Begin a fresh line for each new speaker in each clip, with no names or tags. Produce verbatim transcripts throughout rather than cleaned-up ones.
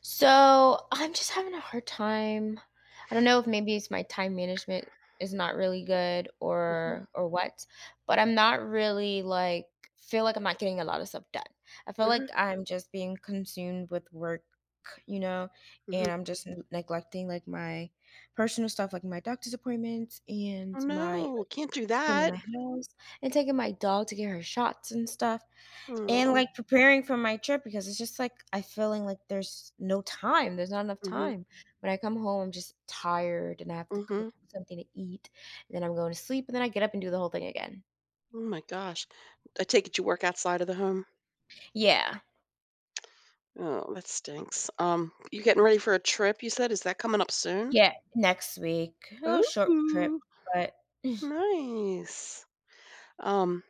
So I'm just having a hard time. I don't know if maybe it's my time management is not really good
Mhm,
or or what, but I'm not really like feel like I'm not getting a lot of stuff done. I feel
mhm,
like I'm just being consumed with work, you know, and
mhm.
I'm just n- neglecting like my personal stuff, like my doctor's appointments
Oh,
and my
no,
like
can't do
cleaning
that.
my house and taking my dog to get her shots and stuff. And,
Oh,
like, preparing for my trip because it's just, like, I feeling like there's no time, there's not enough
mhm,
time. When I come home, I'm just tired and I have to cook
mhm.
something to eat, and then I'm going to sleep, and then I get up and do the whole thing again.
Oh my gosh. I take it you work outside of the home?
Yeah.
Oh, that stinks. Um, you getting ready for a trip, you said? Is that coming up soon?
Yeah, next week. Oh, short trip,
Ooh,
but
nice. Um,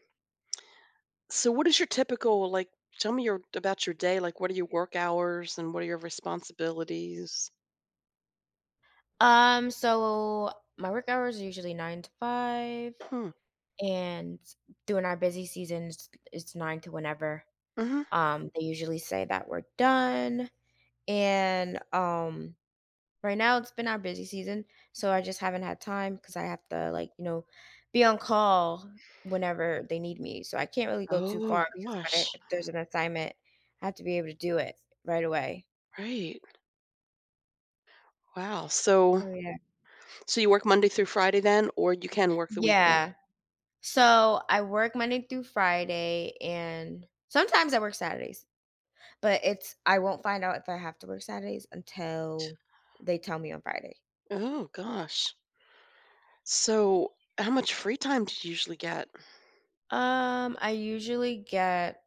so what is your typical, like, tell me your about your day, like what are your work hours and what are your responsibilities?
Um, so my work hours are usually nine to five,
Hmm.
and during our busy seasons, it's nine to whenever.
Hmm.
Um, they usually say that we're done, and, um right now, it's been our busy season, so I just haven't had time because I have to, like, you know, be on call whenever they need me. So I can't really go too
Oh
far because if
gosh.
I if there's an assignment, I have to be able to do it right away.
Right. Wow. So
So yeah.
so you work Monday through Friday then, or you can work the weekend?
Yeah. So I work Monday through Friday, and sometimes I work Saturdays, but it's I won't find out if I have to work Saturdays until they tell me on Friday.
Oh gosh. So how much free time did you usually get?
Um, I usually get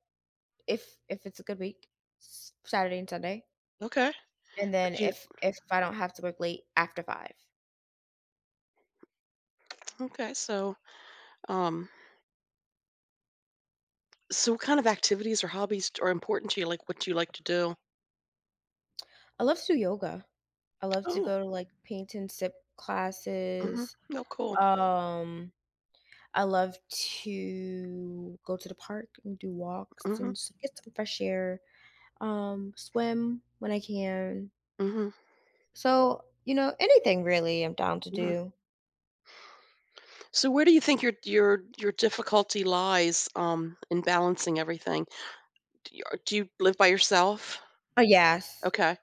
if if it's a good week, s- Saturday and Sunday.
Okay.
And then
But you
if if I don't have to work late, after five.
okay, so um so what kind of activities or hobbies are important to you? Like what do you like to do?
I love to do yoga. I love to
Oh,
go to, like, paint and sip
mm-hmm.
classes.
No, cool.
Um, I love to go to the park and do walks
Mm-hmm.
and s get some fresh air, um, swim when I can.
Mm-hmm.
So, you know, anything really I'm down to
Hmm.
do.
So where do you think your your your difficulty lies um in balancing everything? Do you, do you live by yourself?
Oh, yes.
Okay.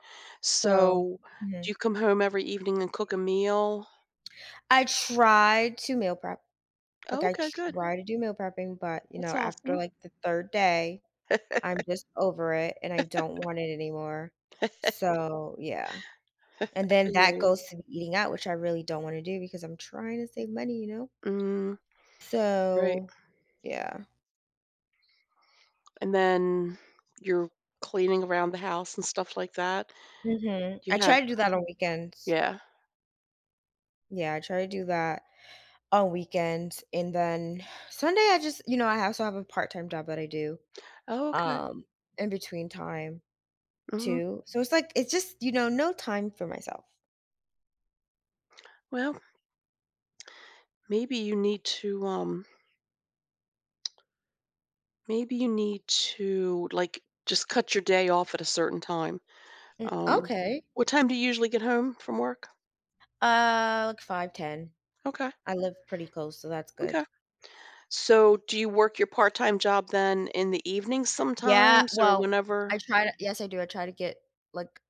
So
So do
mhm.
you come home every evening and cook a meal?
I try to meal prep. Like,
Oh,
I
okay, good.
try to do meal prepping, but, you know,
That's
after,
awesome.
like, the third day I'm just over it, and I don't want it anymore. So, yeah, and
I
then
hear
that
you.
goes to the eating out, which I really don't wanna do because I'm trying to save money, you know?
Mm, right.
So, yeah.
And then you're cleaning around the house and stuff like that.
Mhm. I
You have
try to do that on weekends.
Yeah.
Yeah, I try to do that on weekends, and then Sunday, I just you know, I also have a part-time job that I do,
Oh, okay.
um, in between time
Mhm.
too. So it's like it's just, you know, no time for myself.
Well, maybe you need to, um maybe you need to, like, just cut your day off at a certain time.
Mm,
Um,
okay.
what time do you usually get home from work?
Uh, like five ten.
Okay,
I live pretty close, so that's
okay.
good.
So, do you work your part-time job then in the evening
Yeah,
sometimes or
well,
whenever?
I try to yes, I do, I try to get, like,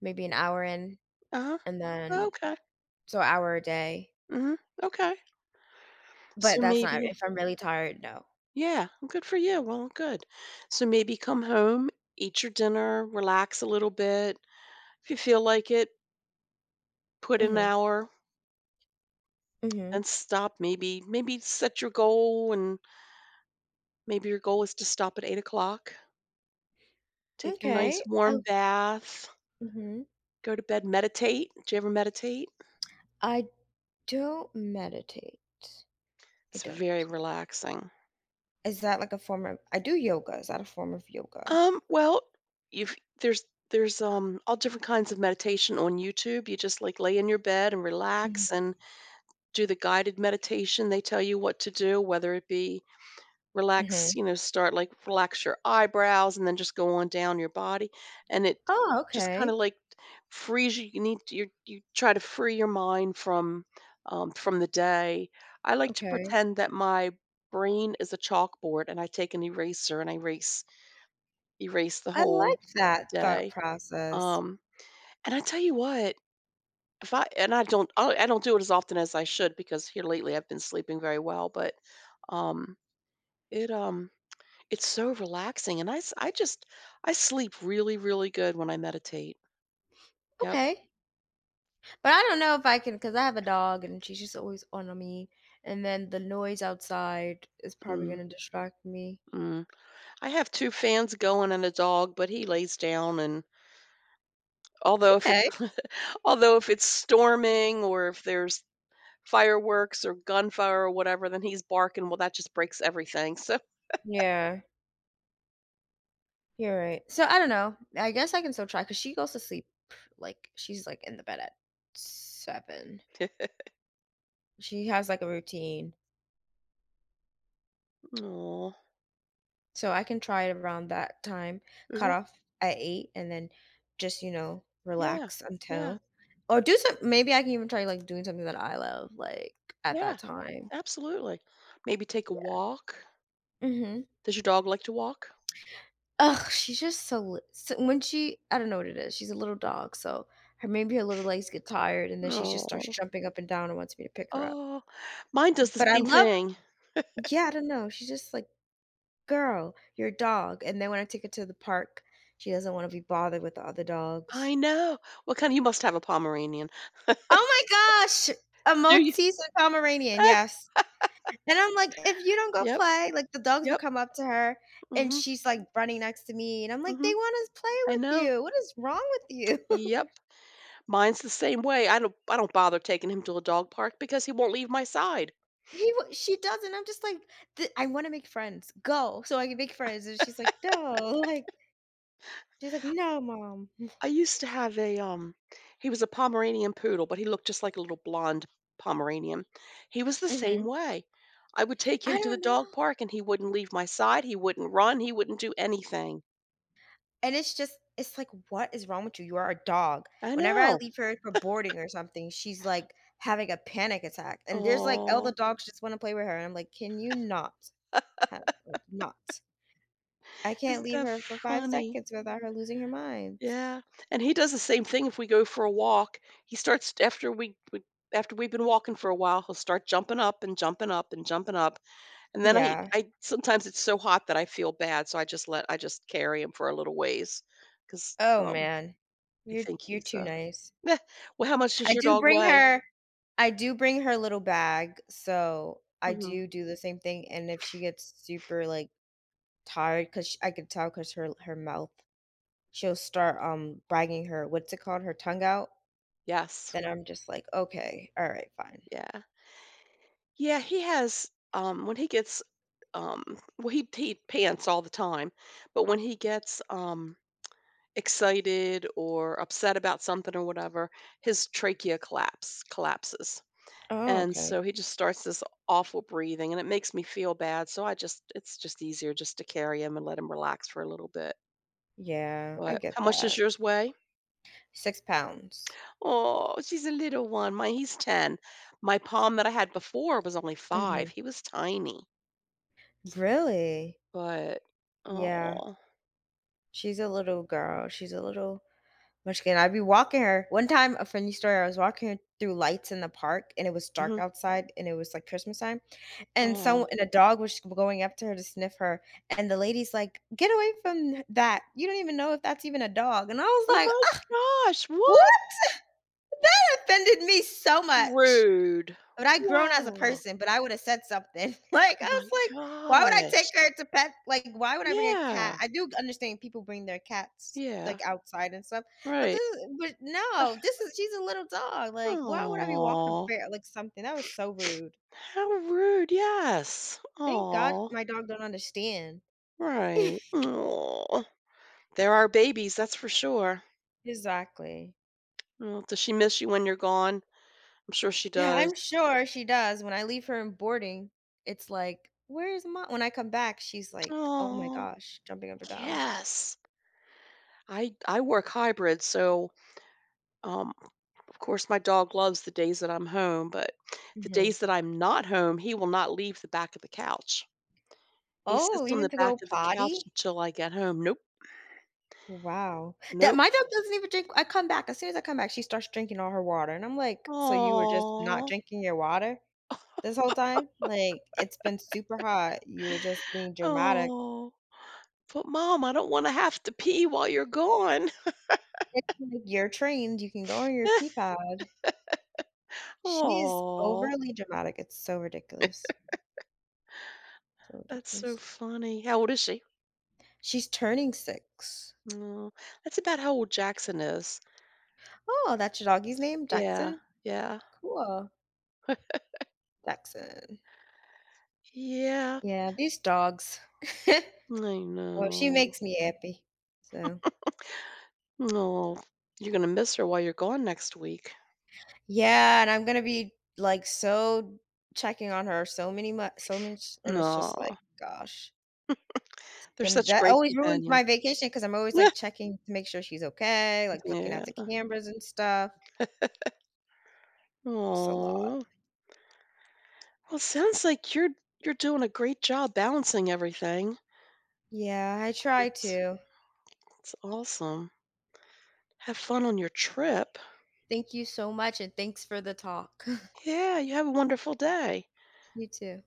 maybe an hour in,
Uh-huh.
and then
Okay.
so hour a day,
Mhm. Okay.
but
So
that's not
maybe
if I'm really tired, no.
Yeah, well, good for you. Well, good. So maybe come home, eat your dinner, relax a little bit. If you feel like it, put an
Mhm,
hour
mhm.
and stop. Maybe, maybe set your goal, and maybe your goal is to stop at eight o'clock. Take your nice
Okay,
warm
oh
bath,
mhm.
go to bed, meditate. Do you ever meditate?
I don't meditate. I
It's very
don't.
relaxing.
Is that like a form of I do yoga, is that a form of yoga?
Um, well, you've there's there's um all different kinds of meditation on YouTube. You just like lay in your bed and relax
Mhm.
and do the guided meditation. They tell you what to do, whether it be relax,
Mhm.
you know, start like relax your eyebrows and then just go on down your body. And it
Oh,
just kind of
okay,
like frees you. You need to, you you try to free your mind from um, from the day. I like to
okay.
pretend that my brain is a chalkboard and I take an eraser and I erase erase the
I
whole
like that thought
day.
process.
Um, and I tell you what, if I and I don't I don't I don't do it as often as I should because here lately I've been sleeping very well, but, um, it, um it's so relaxing, and I s I just I sleep really, really good when I meditate. Yep.
Okay. But I don't know if I can because I have a dog and she's just always on me. And then the noise outside is probably
Mm,
going to distract me.
mm. I have two fans going and a dog, but he lays down, and although if it
Okay.
although if it's storming or if there's fireworks or gunfire or whatever, then he's barking, well, that just breaks everything, so
Yeah, you're right. So I don't know. I guess I can still try because she goes to sleep like she's like in the bed at seven. She has like a routine.
oh.
So I can try it around that time, cut off at eight, and then just, you know,
Yeah.
relax
Yeah.
until or do some maybe I can even try like doing something that I love, like at
Yeah.
that time.
Absolutely. Maybe take a
Yeah.
walk.
Mm hmm
Does your dog like to walk?
Ugh, she's just so li so when she I don't know what it is, she's a little dog, so her maybe her little legs get tired, and then she just starts
No.
jumping up and down and wants me to pick her up.
Oh, mine does the
But I
same
love
thing.
yeah, I don't know, she's just like, "Girl, you're a dog," and then when I take her to the park, she doesn't wanna be bothered with the other
I
dogs.
know. What kind you must have a Pomeranian.
Oh my gosh! A
Do you?
Maltese and Pomeranian,
Ah,
yes. And I'm like, "If you don't go
yep,
play" like, the dogs will
yep.
come up to her, and
Mhm,
she's, like, running next to me, and I'm like, "They
mhm.
wanna play
I
with
know.
you. What is wrong with you?"
Yep. Mine's the same way. I don't I don't bother taking him to a dog park because he won't leave my side.
He w she does, and I'm just like, "Th I wanna make friends. Go, so I can make friends." And she's like, "No," like, she's like, "No, mom."
I used to have a um he was a Pomeranian poodle, but he looked just like a little blonde Pomeranian. He was the same
Mhm.
way. I would take him
I
to the
don't know.
dog park and he wouldn't leave my side, he wouldn't run, he wouldn't do anything.
And it's just it's like, "What is wrong with you? You are a dog."
I
Whenever I
know.
leave her for boarding or something, she's, like, having a panic attack, and there's, like all
Oh,
the dogs just wanna play with her, and I'm like, "Can you not have like, not? I can't
Isn't
leave
that
her for five
funny?
seconds without her losing her mind."
Yeah. And he does the same thing if we go for a walk. He starts after we we after we've been walking for a while, he'll start jumping up and jumping up and jumping up. And then I
Yeah.
I sometimes it's so hot that I feel bad, so I just let I just carry him for a little ways 'cause,
Oh,
um,
man.
I
You're
think
you're
he's,
too
uh
nice.
meh. Well, how much does
I
your
do
dog
bring
weigh?
her I do bring her little bag, so I
Mhm.
do do the same thing, and if she gets super, like, tired, because I could tell, because her her mouth she'll start, um, bragging her what's it called? Her tongue out,
Yes.
then I'm just like, "Okay, alright, fine."
Yeah. Yeah, he has, um when he gets, um well, he he pants all the time, but when he gets, um, excited or upset about something or whatever, his trachea collapse collapses.
Oh,
And
okay.
so he just starts this awful breathing and it makes me feel bad. So I just it's just easier just to carry him and let him relax for a little bit.
Yeah, I
But
get
how much does
that.
yours weigh?
six pounds.
Oh, she's a little one. My he's ten. My palm that I had before was only five.
Mhm.
He was tiny.
Really?
But
Yeah.
oh.
She's a little girl, she's a little Much Munchkin, I'd be walking her one time, a funny story, I was walking her through lights in the park, and it was dark
Mhm.
outside, and it was, like, Christmas time, and so
Oh.
and a dog was going up to her to sniff her, and the lady's like, "Get away from that. You don't even know if that's even a dog," and I was
Oh
like, "Ah,
my gosh.
what?"
What?
That offended me so much.
Rude.
But I grown as a
Wow.
person, but I would have said something. Like, I
Oh my
was like, why would I take
gosh.
her to pet? Like, why would I bring a cat?
Yeah.
I do understand people bring their cats
Yeah.
like outside and stuff, but this,
Right.
is- but no, this is she's a little dog. Like, why would I be walking a
Oh.
bear? Like something? That was so rude.
How rude, yes.
Thank God
Oh,
my dog don't understand.
right. Oh, there are babies, that's for sure.
Exactly.
Oh, does she miss you when you're gone? I'm sure she
Yeah,
does.
I'm sure she does. When I leave her in boarding, it's like, where's mom? When I come back, she's like, oh my
Oh,
gosh, jumping up and down.
yes. I I work hybrid, so, um, of course, my dog loves the days that I'm home, but the
Mhm.
days that I'm not home, he will not leave the back of the couch. He
Oh,
sits on
even
the
to
back
go
of the couch
potty?
until I get home. Nope,
Wow. That
nope.
my dog doesn't even drink. I come back, as soon as I come back, she starts drinking all her water, and I'm like, "So you were just not
Oh.
drinking your water this whole time? Like, it's been super hot, you were just being dramatic."
Oh. But mom, I don't wanna have to pee while you're gone.
It's like, "You're trained, you can go on your pee pad." She is
Oh,
overly dramatic, it's so ridiculous, so
that's so
ridiculous.
funny. How old is she?
She's turning six.
Oh, that's about how old Jackson is.
Oh, that's your doggy's name?
Yeah,
Jackson?
yeah,
Cool. Jackson.
yeah.
Yeah, these dogs.
I
Well, she
know.
makes me happy. So,
No, you're gonna miss her while you're gone next week.
yeah, and I'm gonna be, like, so checking on her so many mu so much, and it's
No,
just like, gosh.
they're
Then
such
that
great
always ruins
companions.
my vacation because 'cause I'm always, like, checking to make sure she's okay, like, looking
Yeah.
at the cameras and stuff. It's a lot.
Oh, well, it sounds like you're you're doing a great job balancing everything.
Yeah, I try
It's
to.
it's awesome. Have fun on your trip.
Thank you so much, and thanks for the talk.
Yeah, you have a wonderful day.
You too.